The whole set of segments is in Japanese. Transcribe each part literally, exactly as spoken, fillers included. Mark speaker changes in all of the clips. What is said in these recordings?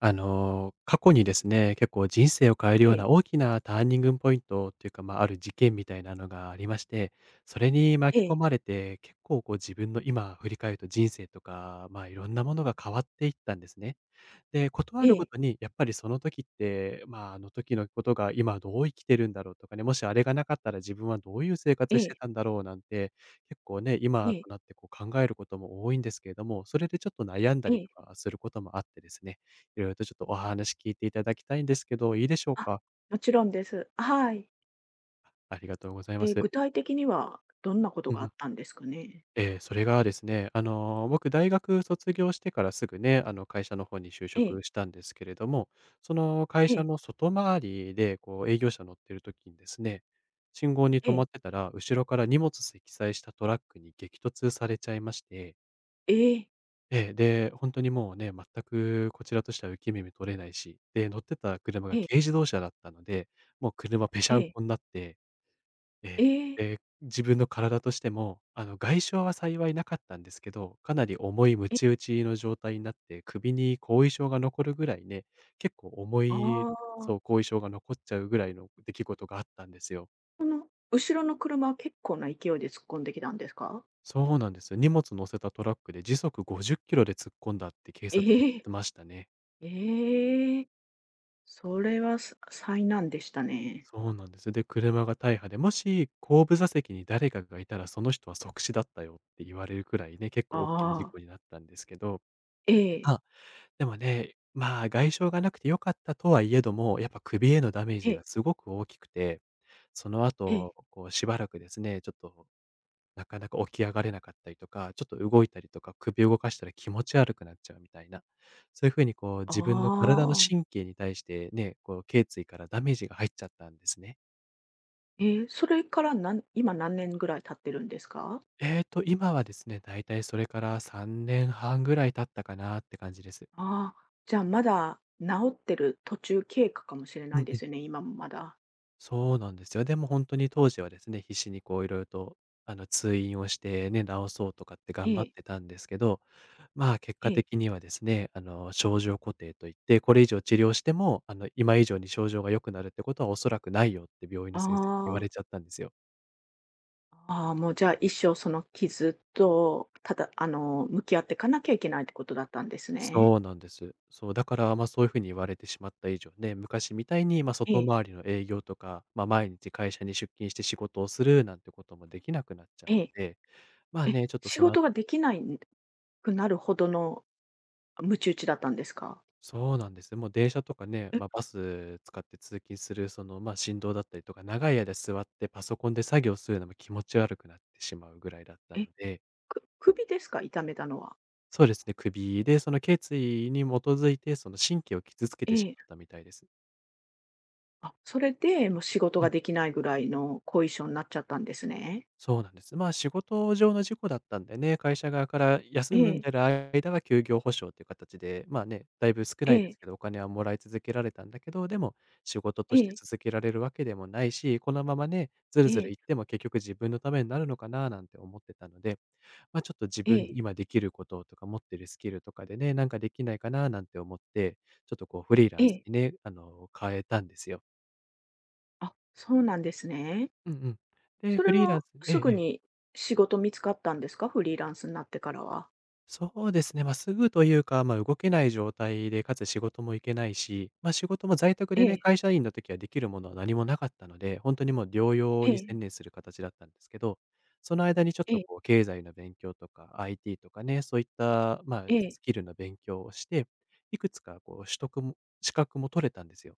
Speaker 1: あの、過去にですね、結構人生を変える
Speaker 2: え
Speaker 1: よう
Speaker 2: え、
Speaker 1: な大きなターニングポイントっていうか、まあ、ある事件みたいなのがありまして、それに
Speaker 2: え
Speaker 1: 巻き込
Speaker 2: え、
Speaker 1: まれて、結構こう自分の今振り返ると人生とか、まあ、いろんなものが変わっていったんですね。で、ことあ
Speaker 2: え
Speaker 1: るご
Speaker 2: え、
Speaker 1: とにやっぱりその時って、まあ、あの時のことが今どう生きてるんだろうとかね、もしあれがなかったら自分はどういう生
Speaker 2: え
Speaker 1: 活して
Speaker 2: え、
Speaker 1: たんだろうなんて、結構ね、
Speaker 2: え
Speaker 1: 今
Speaker 2: え、
Speaker 1: となってこう考えることも多いんですけれども、それでちょっと悩んだ
Speaker 2: え
Speaker 1: り
Speaker 2: え。
Speaker 1: とかすることもあってですね、いろいろとちょっとお話聞いていただきたいんですけど、いいでしょう
Speaker 2: あ、
Speaker 1: か？
Speaker 2: もちろんです。はい。
Speaker 1: ありがとうござい
Speaker 2: え
Speaker 1: ま
Speaker 2: ー
Speaker 1: す。
Speaker 2: 具体的にはどんなこと
Speaker 1: う
Speaker 2: が
Speaker 1: ん
Speaker 2: あ
Speaker 1: うん。
Speaker 2: ったんですかね？
Speaker 1: ええ、それがですね、あの、僕大学卒業してからすぐね、あの、会社の方に就
Speaker 2: ええ、
Speaker 1: 職したんですけれども、その会
Speaker 2: え
Speaker 1: 社
Speaker 2: え、
Speaker 1: の外回りで、こう営業車乗ってる時にですね、信号に
Speaker 2: え
Speaker 1: 止ま
Speaker 2: え、
Speaker 1: ってたら、後ろから荷物積載したトラックに激突されちゃいまして、
Speaker 2: ええ、
Speaker 1: ええ、で、本当にもうね、全くこちらとしては受け身も取れないし、で、乗ってた車
Speaker 2: え
Speaker 1: が
Speaker 2: え、
Speaker 1: 軽自動車だったので、もう車ぺし
Speaker 2: え
Speaker 1: ゃん
Speaker 2: え、
Speaker 1: こになって、え
Speaker 2: え
Speaker 1: え。
Speaker 2: え、
Speaker 1: で、自分の体としても、あの、外傷は幸いなかったんですけど、かなり重いム
Speaker 2: え、
Speaker 1: チ打ちの状態になって、首に後遺症が残るぐらいね、結構重
Speaker 2: あ
Speaker 1: い、そ
Speaker 2: あ、
Speaker 1: う、後遺症が残っちゃうぐらいの出来事があったんですよ。
Speaker 2: その後ろの車は結構な勢いで突っ込んできたんですか？
Speaker 1: そうなんですよ。荷物乗せたトラックで時速ごじゅっキロで突っ込んだって警察に言
Speaker 2: え
Speaker 1: っ
Speaker 2: え、
Speaker 1: てましたね。
Speaker 2: ええ、それはさ災難でしたね。
Speaker 1: そうなんです。で、車が大破で、もし後部座席に誰かがいたら、その人は即死だったよって言われるくらいね、結構大きな事
Speaker 2: あ
Speaker 1: 故に
Speaker 2: あ、
Speaker 1: なったんですけど。
Speaker 2: ええ、
Speaker 1: でもね、まあ、外傷がなくて良かったとはいえども、やっぱ首へのダメー
Speaker 2: え
Speaker 1: ジが
Speaker 2: え、
Speaker 1: すごく大きくて、その
Speaker 2: ええ、
Speaker 1: 後、こうしばらくですね、ちょっとなかなか起き上がれなかったりとか、ちょっと動いたりとか、首動かしたら気持ち悪くなっちゃうみたいな、そういう風にこう
Speaker 2: あ
Speaker 1: 自分の体の
Speaker 2: あ、
Speaker 1: 神経に対してね、こう頸椎からダメージが入っちゃったんですね。
Speaker 2: ええ、それからなん今何年ぐらい経ってるんですか？
Speaker 1: えーと、今はですね、だいたいそれからさんねんはんぐらい経ったかなって感じです。
Speaker 2: ああ、じゃあまだ治ってる途中経過かもしれな
Speaker 1: う
Speaker 2: い
Speaker 1: ん
Speaker 2: で
Speaker 1: うん。
Speaker 2: すよね、今もまだ。
Speaker 1: そうなんですよ。でも本当に当時はですね、必死にこういろいろと、あの、通院をしてね、治そうとかって
Speaker 2: え
Speaker 1: 頑張っ
Speaker 2: え、
Speaker 1: てたんですけど、まあ、結
Speaker 2: え
Speaker 1: 果
Speaker 2: え。
Speaker 1: 的にはですね、あの、症状固定といって、これ以上治療しても、あの、今以上に症状が良くなるってことはおそらくないよって病院の
Speaker 2: あ
Speaker 1: 先生に言わ
Speaker 2: あ、
Speaker 1: れちゃったんですよ。
Speaker 2: ああ、もうじゃあ一生その傷と、ただ、あの、向き合っていかなきゃいけないってことだったんですね。
Speaker 1: そうなんです。そう、だから、ま、そういう風に言われてしまった以上ね、昔みたいに、ま、
Speaker 2: え
Speaker 1: 外
Speaker 2: え、
Speaker 1: 回りの営業とか、ま、毎日会社に出勤して仕事をするなんてこともできなくなっちゃう
Speaker 2: え
Speaker 1: の
Speaker 2: え、
Speaker 1: で、まあ
Speaker 2: え、
Speaker 1: ね、ちょっと
Speaker 2: 仕
Speaker 1: そのあ
Speaker 2: 事が
Speaker 1: た、
Speaker 2: できないくなるほどのむち打ちだったんですか？
Speaker 1: そうなんですね。もう電車とかね、
Speaker 2: え、
Speaker 1: まあ、バス使って通勤するその、まあ、振動だったりとか、長い間座ってパソコンで作業するのも気持ち悪くなってしまうぐらいだった
Speaker 2: え、
Speaker 1: ので、
Speaker 2: く首ですか？痛めたのは。
Speaker 1: そうですね、首でその頸椎に基づいて、その神経を傷つけ
Speaker 2: え
Speaker 1: てし
Speaker 2: え、
Speaker 1: まったみたいです。
Speaker 2: あ、それでもう仕事ができないぐらいの後遺症になっちゃったんですね。
Speaker 1: そうなんです。まあ、仕事上の事故だったんでね、会社側から休んでる間は休業補償っていう形で、まあね、だいぶ少
Speaker 2: え
Speaker 1: ないで
Speaker 2: え、
Speaker 1: すけど、お金はもらい続けられたんだけど、でも仕事と
Speaker 2: え
Speaker 1: して
Speaker 2: え、
Speaker 1: 続けられるわけでもないし、このままね、ず
Speaker 2: え
Speaker 1: る
Speaker 2: え、
Speaker 1: ず
Speaker 2: え
Speaker 1: る行っ
Speaker 2: え。
Speaker 1: ても結局自分のためになるのかななんて思ってたので、まあちょっと自
Speaker 2: え
Speaker 1: 分に
Speaker 2: え、
Speaker 1: 今できることとか持ってるスキルとかでね、なんかできないかななんて思って、ちょっとこうフリーラ
Speaker 2: え
Speaker 1: ンス
Speaker 2: え。
Speaker 1: にね、あの、変えたんですよ。
Speaker 2: あ、そうなんですね。
Speaker 1: うんうん。で、
Speaker 2: そ
Speaker 1: フ
Speaker 2: れ
Speaker 1: リーラン
Speaker 2: は
Speaker 1: ス、ええ
Speaker 2: すぐ
Speaker 1: ええ、
Speaker 2: に仕事見つかったんですか？フリーランスになってからは。
Speaker 1: そうですね、まあ、すぐというか、まあ、動けない状態で、かつ仕事も行けないし、まあ、仕事も在宅
Speaker 2: え
Speaker 1: でね、
Speaker 2: え、
Speaker 1: 会社員の時はできるものは何もなかったので、本当にもう療養
Speaker 2: え
Speaker 1: に
Speaker 2: え、
Speaker 1: 専念する形だったんですけど、その間にちょっ
Speaker 2: え
Speaker 1: と
Speaker 2: え、
Speaker 1: こう経済の勉強とか アイティー とかね、そういった、まあ、
Speaker 2: ええ、
Speaker 1: スキルの勉強をして、いくつかこう取得も資格も取れたんですよ。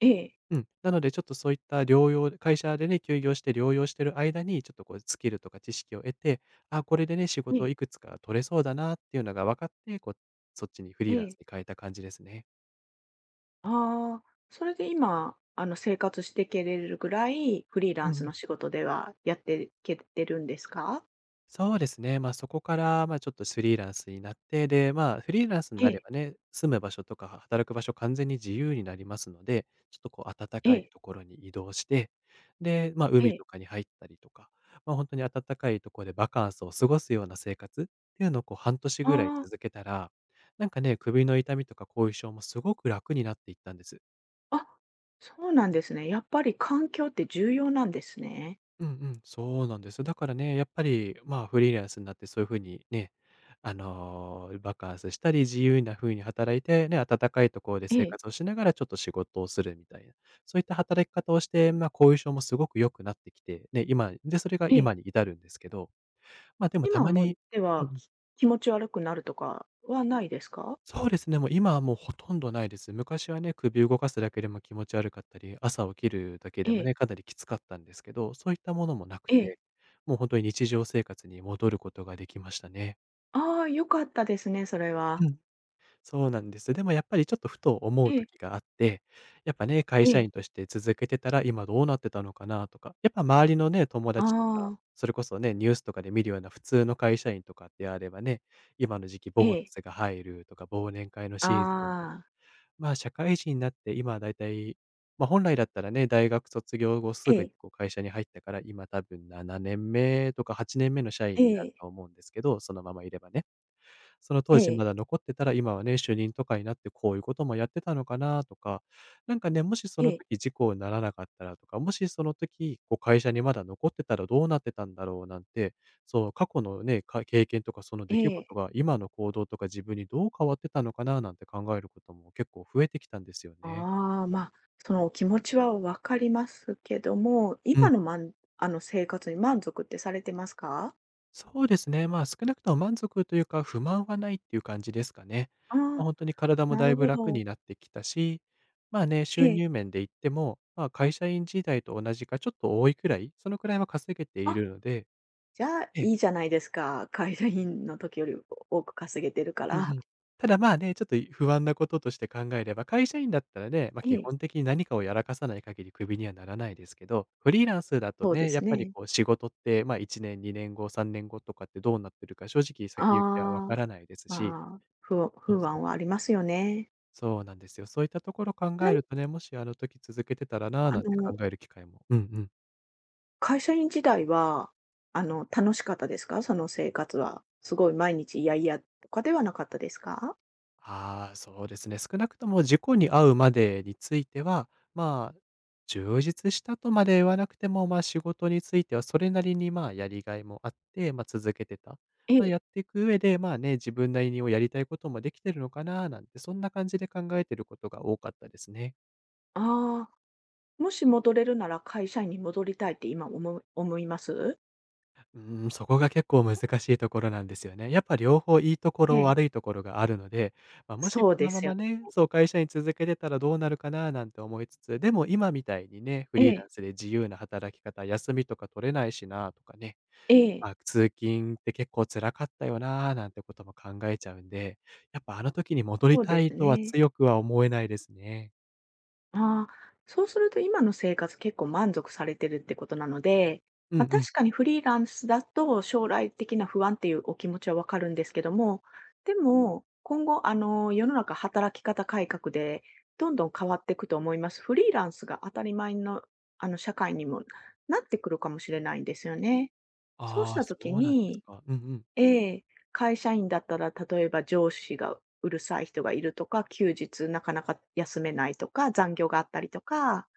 Speaker 2: ええ、
Speaker 1: うん、なのでちょっとそういった療養会社でね、休業して療養してる間に、ちょっとこうスキルとか知識を得て、あ、これでね、仕
Speaker 2: え
Speaker 1: 事を
Speaker 2: え、
Speaker 1: いくつか取れそうだなっていうのが分かって、こう、そっちにフリー
Speaker 2: え
Speaker 1: ランスに
Speaker 2: え。
Speaker 1: 変えた感じですね。
Speaker 2: ああ、それで今、あの、生活していけれるぐらい、フリーラ
Speaker 1: う
Speaker 2: ン
Speaker 1: んう
Speaker 2: スの
Speaker 1: ん。
Speaker 2: 仕事ではやっていけてるんですか？
Speaker 1: そうですね。ま、そこから、ま、ちょっとフリーランスになって、で、ま、フリーランスに
Speaker 2: え
Speaker 1: なれ
Speaker 2: え、
Speaker 1: ばね、住む場所とか働く場所完全に自由になりますので、ちょっとこう暖
Speaker 2: え
Speaker 1: かい
Speaker 2: え、
Speaker 1: ところに移動して、で、ま、
Speaker 2: え
Speaker 1: 海
Speaker 2: え。
Speaker 1: とかに入ったりとか、ま、あ本当に暖かいところでバカンスを過ごすような生活っていうのをこう半年
Speaker 2: あ
Speaker 1: ぐらい続けたら、なんかね、首の痛みとか後遺症もすごく楽になっていったんです。
Speaker 2: あ、あ、そうなんですね。やっぱり環境って重要なんですね。
Speaker 1: うんうん、そうなんですよ。だからね、やっぱり、まあ、フリーランスになってそういう風にね、あの、バカンスしたり、自由な風に働いて、ね、暖かいところで
Speaker 2: え
Speaker 1: 生
Speaker 2: え、
Speaker 1: 活をしながらちょっと仕事をするみたいな、そういった働き方をして、まあ、後遺症もすごく良くなってきて、ね、今で、それが
Speaker 2: ええ。
Speaker 1: 今に至るんですけど、まあ、でもた
Speaker 2: 今
Speaker 1: ま
Speaker 2: も
Speaker 1: に、
Speaker 2: では、き気持ち悪くなるとかはないですか？
Speaker 1: そうですね、もう今はもうほとんどないです。昔はね、首動かすだけでも気持ち悪かったり、朝起きるだけ
Speaker 2: え
Speaker 1: でも
Speaker 2: え、
Speaker 1: ね、かなりきつかったんですけど、そういったものもなく
Speaker 2: ええ。
Speaker 1: て、もう本当に日常生活に戻ることができましたね。
Speaker 2: ああ、良かったですね、それ
Speaker 1: う
Speaker 2: は。
Speaker 1: ん、そうなんです。でもやっぱりちょっとふと思
Speaker 2: え
Speaker 1: う
Speaker 2: え、
Speaker 1: 時があって、やっぱね、会
Speaker 2: え
Speaker 1: 社
Speaker 2: え。
Speaker 1: 員として続けてたら今どうなってたのかなとか、やっぱ周りのね、友
Speaker 2: あ
Speaker 1: 達とか、
Speaker 2: あ、
Speaker 1: それこそね、ニュースとかで見るような普通の会社員とかであればね、今の時期
Speaker 2: え
Speaker 1: ボーナ
Speaker 2: え。
Speaker 1: スが入るとか、忘年会のシーズンとか、
Speaker 2: ああ、
Speaker 1: まあ、社会人になって今だいたい、まあ、本来だったらね、大学卒業後す
Speaker 2: え
Speaker 1: ぐに
Speaker 2: え、
Speaker 1: こう会社に入ったから、今多分ななねんめとかはちねんめの社
Speaker 2: え
Speaker 1: 員になる
Speaker 2: え、
Speaker 1: と思うんですけど、そのままいればね。その
Speaker 2: え
Speaker 1: 当時
Speaker 2: え、
Speaker 1: まだ残ってたら、今はね、主任とかになってこういうこともやってたのかなとか、なんかね、もしそ
Speaker 2: え
Speaker 1: の
Speaker 2: え、
Speaker 1: 時事故にならなかったらとか、もしその時、こう会社にまだ残ってたらどうなってたんだろうなんて、そう、過去のね、か経験とかその
Speaker 2: え
Speaker 1: 出来事
Speaker 2: え。
Speaker 1: が今の行動とか自分にどう変わってたのかななんて考えることも結構増えてきたんですよね。
Speaker 2: ああ、まあ、そのお気持ちは分かりますけども、
Speaker 1: う
Speaker 2: 今
Speaker 1: ん。
Speaker 2: のまんあの、生活に満足ってされてますか？
Speaker 1: そうですね。まあ、少なくとも満足というか、不満はないっていう感じですかね。
Speaker 2: あ
Speaker 1: まあ、
Speaker 2: あ、
Speaker 1: 本当に体も
Speaker 2: な
Speaker 1: だ
Speaker 2: る
Speaker 1: いぶ
Speaker 2: ほ
Speaker 1: 楽
Speaker 2: ど。
Speaker 1: になってきたし、まあね、
Speaker 2: え
Speaker 1: 収
Speaker 2: え。
Speaker 1: 入面で言っても、まあ、会社員時代と同じかちょっと多いくらい、そのくらいは稼げてい
Speaker 2: あ、
Speaker 1: るので、
Speaker 2: じゃあ、
Speaker 1: ええ、
Speaker 2: いいじゃないですか。会社員の時より多く稼げてるか
Speaker 1: うん
Speaker 2: ら。
Speaker 1: うん。ただ、まあね、ちょっと不安なこととして考えれば、会社員だったらね、ま、
Speaker 2: え
Speaker 1: 基
Speaker 2: え。
Speaker 1: 本的に何かをやらかさない限りクビにはならないですけど、フリーランスだと
Speaker 2: そうで
Speaker 1: ね、や
Speaker 2: す
Speaker 1: っぱり
Speaker 2: ね。
Speaker 1: こう仕事って、まあ、いちねん、にねんご、さんねんごとかってどうなってるか正直
Speaker 2: あ
Speaker 1: 先行きはわか
Speaker 2: あ、
Speaker 1: らないですし、
Speaker 2: まあ、不安
Speaker 1: そう
Speaker 2: 不
Speaker 1: そう。
Speaker 2: 安はありますよね。
Speaker 1: そうなんですよ。そういったところ考
Speaker 2: ちな
Speaker 1: え
Speaker 2: みに、
Speaker 1: るとね、もしあの時続けてたらな、
Speaker 2: あ
Speaker 1: なんて
Speaker 2: の、
Speaker 1: 考える機会も、うんうん。
Speaker 2: 会社員時代は、あの、楽しかったですか？その生活は。すごい毎日いやいやとかではなかったですか？
Speaker 1: ああ、そうですね。少なくとも事故に遭うまでについては、まあ、充実したとまで言わなくても、まあ、仕事についてはそれなりに、まあ、やりがいもあって、まあ、続けてた。
Speaker 2: え
Speaker 1: まあ、
Speaker 2: え。
Speaker 1: やっていく上で、まあね、自分なりにをやりたいこともできてるのかな、なんて、そんな感じで考えてることが多かったですね。
Speaker 2: ああ、もし戻れるなら会社員に戻りたいって今思う思います？
Speaker 1: うーん、そこが結構難しいところなんですよね。やっぱ両方いいとこ
Speaker 2: え
Speaker 1: ろ、悪
Speaker 2: え。
Speaker 1: いところがあるので、まあ、もし
Speaker 2: そ
Speaker 1: こ
Speaker 2: うで
Speaker 1: のま
Speaker 2: すよ。
Speaker 1: まね、そう、会社に続けてたらどうなるかななんて思いつつ、でも今みたいにね、フ
Speaker 2: え
Speaker 1: リーラ
Speaker 2: え、
Speaker 1: ンスで自由な働き方、休みとか取れないしなとかね、
Speaker 2: ええ、
Speaker 1: あ、通勤って結構辛かったよななんてことも考えちゃうんで、やっぱあの時に戻り
Speaker 2: そうで
Speaker 1: た
Speaker 2: す
Speaker 1: いとは
Speaker 2: ね。
Speaker 1: 強くは思えないですね。
Speaker 2: ああ、そうすると今の生活結構満足されてるってことなので、
Speaker 1: うん
Speaker 2: まあ、
Speaker 1: うん。
Speaker 2: 確かにフリーランスだと将来的な不安っていうお気持ちはわかるんですけども、でも今後あの世の中働き方改革でどんどん変わっていくと思います。フリーランスが当たり前のあの社会にもなってくるかもしれないんですよね。そうし
Speaker 1: ああ、
Speaker 2: た
Speaker 1: そ
Speaker 2: とき
Speaker 1: うなんです
Speaker 2: に、
Speaker 1: か。うんうん。
Speaker 2: ええ、会社員だったら、例えば上司がうるさい人がいるとか、休日なかなか休めないとか、残業があったりとか、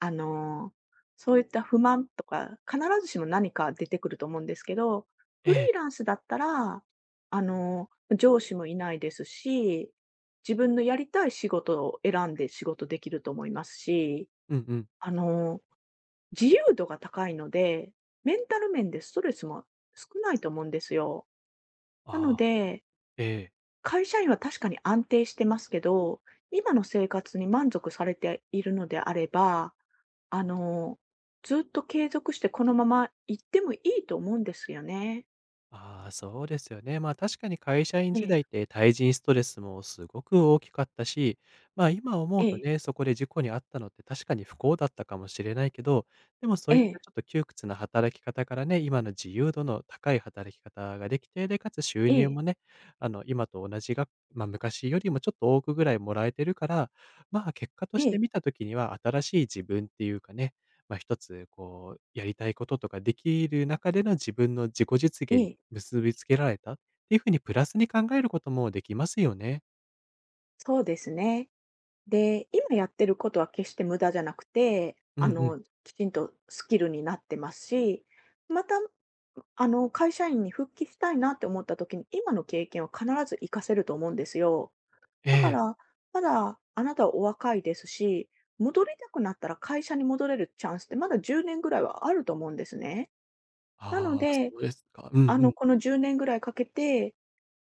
Speaker 2: あの、そういった不満とか、必ずしも何か出てくると思うんですけど、
Speaker 1: え
Speaker 2: フリー
Speaker 1: え。
Speaker 2: ランスだったら、あの、上司もいないですし、自分のやりたい仕事を選んで仕事できると思いますし、
Speaker 1: うんうん。
Speaker 2: あの、自由度が高いので、メンタル面でストレスも少ないと思うんですよ。なの
Speaker 1: ああ、
Speaker 2: で、
Speaker 1: ええ。
Speaker 2: 会社員は確かに安定してますけど、今の生活に満足されているのであれば、あの、ずっと継続してこのまま行ってもいいと思うんですよね。
Speaker 1: ああ、そうですよね。まあ確かに会社員
Speaker 2: え
Speaker 1: 時
Speaker 2: え、
Speaker 1: 代って対人ストレスもすごく大きかったし、まあ今思
Speaker 2: え
Speaker 1: うと
Speaker 2: え、
Speaker 1: ね、そこで事故に遭ったのって確かに不幸だったかもしれないけど、でもそ
Speaker 2: え
Speaker 1: ういっ
Speaker 2: え、
Speaker 1: たちょっと窮屈な働き方からね、今の自由度の高い働き方ができて、で、かつ収
Speaker 2: え
Speaker 1: 入
Speaker 2: え、
Speaker 1: もね、あの、今と同じが、まあ昔よりもちょっと多くぐらいもらえてるから、まあ結果と
Speaker 2: え
Speaker 1: して
Speaker 2: え、
Speaker 1: 見た時には新しい自分っていうかね、まあ一つこう、やりたいこととかできる中での自分の自己実
Speaker 2: え
Speaker 1: 現
Speaker 2: え、
Speaker 1: 結びつけられたっていう風にプラスに考えることもできますよね。
Speaker 2: そうですね。で、今やってることは決して無駄じゃなくて、
Speaker 1: うん
Speaker 2: あ
Speaker 1: うん。
Speaker 2: の、きちんとスキルになってますし、また、あの、会社員に復帰したいなって思った時に、今の経験は必ず活かせると思うんですよ。
Speaker 1: え
Speaker 2: だか
Speaker 1: え。
Speaker 2: ら、まだあなたはお若いですし、戻りたくなったら会社に戻れるチャンスってまだじゅうねんぐらいはあると思うんですね。なの
Speaker 1: ああ、そ
Speaker 2: で、
Speaker 1: うですか。うん
Speaker 2: あ
Speaker 1: う
Speaker 2: の、
Speaker 1: ん。
Speaker 2: このじゅうねんぐらいかけて、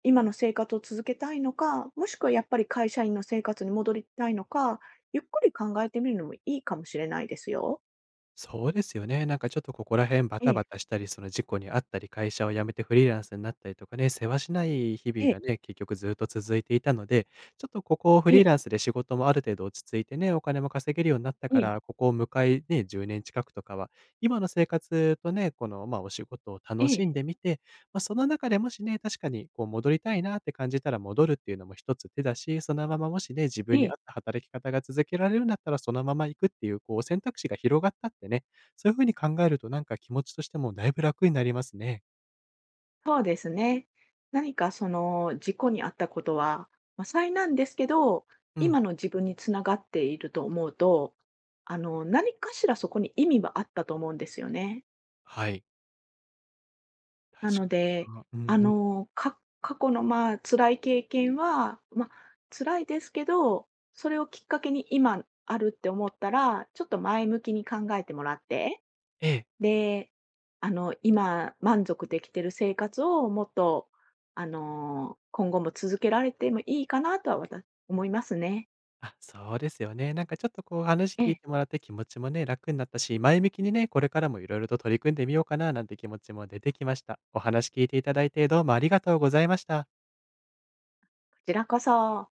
Speaker 2: 今の生活を続けたいのか、もしくはやっぱり会社員の生活に戻りたいのか、ゆっくり考えてみるのもいいかもしれないですよ。
Speaker 1: そうですよね。なんかちょっとここら辺バ
Speaker 2: え
Speaker 1: タバ
Speaker 2: え、
Speaker 1: タしたり、その事故にあったり、会社を辞めてフリーランスになったりとかね、世話しない日々
Speaker 2: ええ、
Speaker 1: がね、結局ずっと続いていたので、ちょっとここをフ
Speaker 2: え
Speaker 1: リー
Speaker 2: え、
Speaker 1: ランスで仕事もある程度落ち着いてね、お金も稼げるようになった
Speaker 2: え
Speaker 1: か
Speaker 2: え、
Speaker 1: ら、ここを迎えね、じゅうねん近くとかは、今の生活とね、この、まあ、お仕事を楽
Speaker 2: え
Speaker 1: しん
Speaker 2: え、
Speaker 1: でみて、まあ、その中でもしね、確かにこう戻りたいなって感じたら戻るっていうのも一つ手だし、そのままもしね、自分に
Speaker 2: え
Speaker 1: 合
Speaker 2: え。
Speaker 1: った働き方が続けられるんだったら、そのまま行くっていうこう選択肢が広がったってね、そういう風に考えるとなんか気持ちとしてもだいぶ楽になりますね。
Speaker 2: そうですね。何かその事故に遭ったことは、まあ、災難ですけど、
Speaker 1: うん。
Speaker 2: 今の自分につながっていると思うと、あの、何かしらそこに意味はあったと思うんですよね。
Speaker 1: はい。
Speaker 2: なの
Speaker 1: 確か
Speaker 2: で、
Speaker 1: にな。うん
Speaker 2: あ
Speaker 1: うん。
Speaker 2: の、か過去の、まあ、辛い経験は、ま、辛いですけど、それをきっかけに今あるって思ったら、ちょっと前向きに考えてもらって。
Speaker 1: ええ。
Speaker 2: で、あの、今満足できてる生活をもっと、あの、今後も続けられてもいいかなとはわた思いますね。
Speaker 1: あ、そうですよね。なんかちょっとこう話
Speaker 2: え
Speaker 1: 聞い
Speaker 2: え、
Speaker 1: てもらって気持ちもね、楽になったし、前向きにね、これからもいろいろと取り組んでみようかななんて気持ちも出てきました。お話聞いていただいてどうもありがとうございました。
Speaker 2: こちらこそ。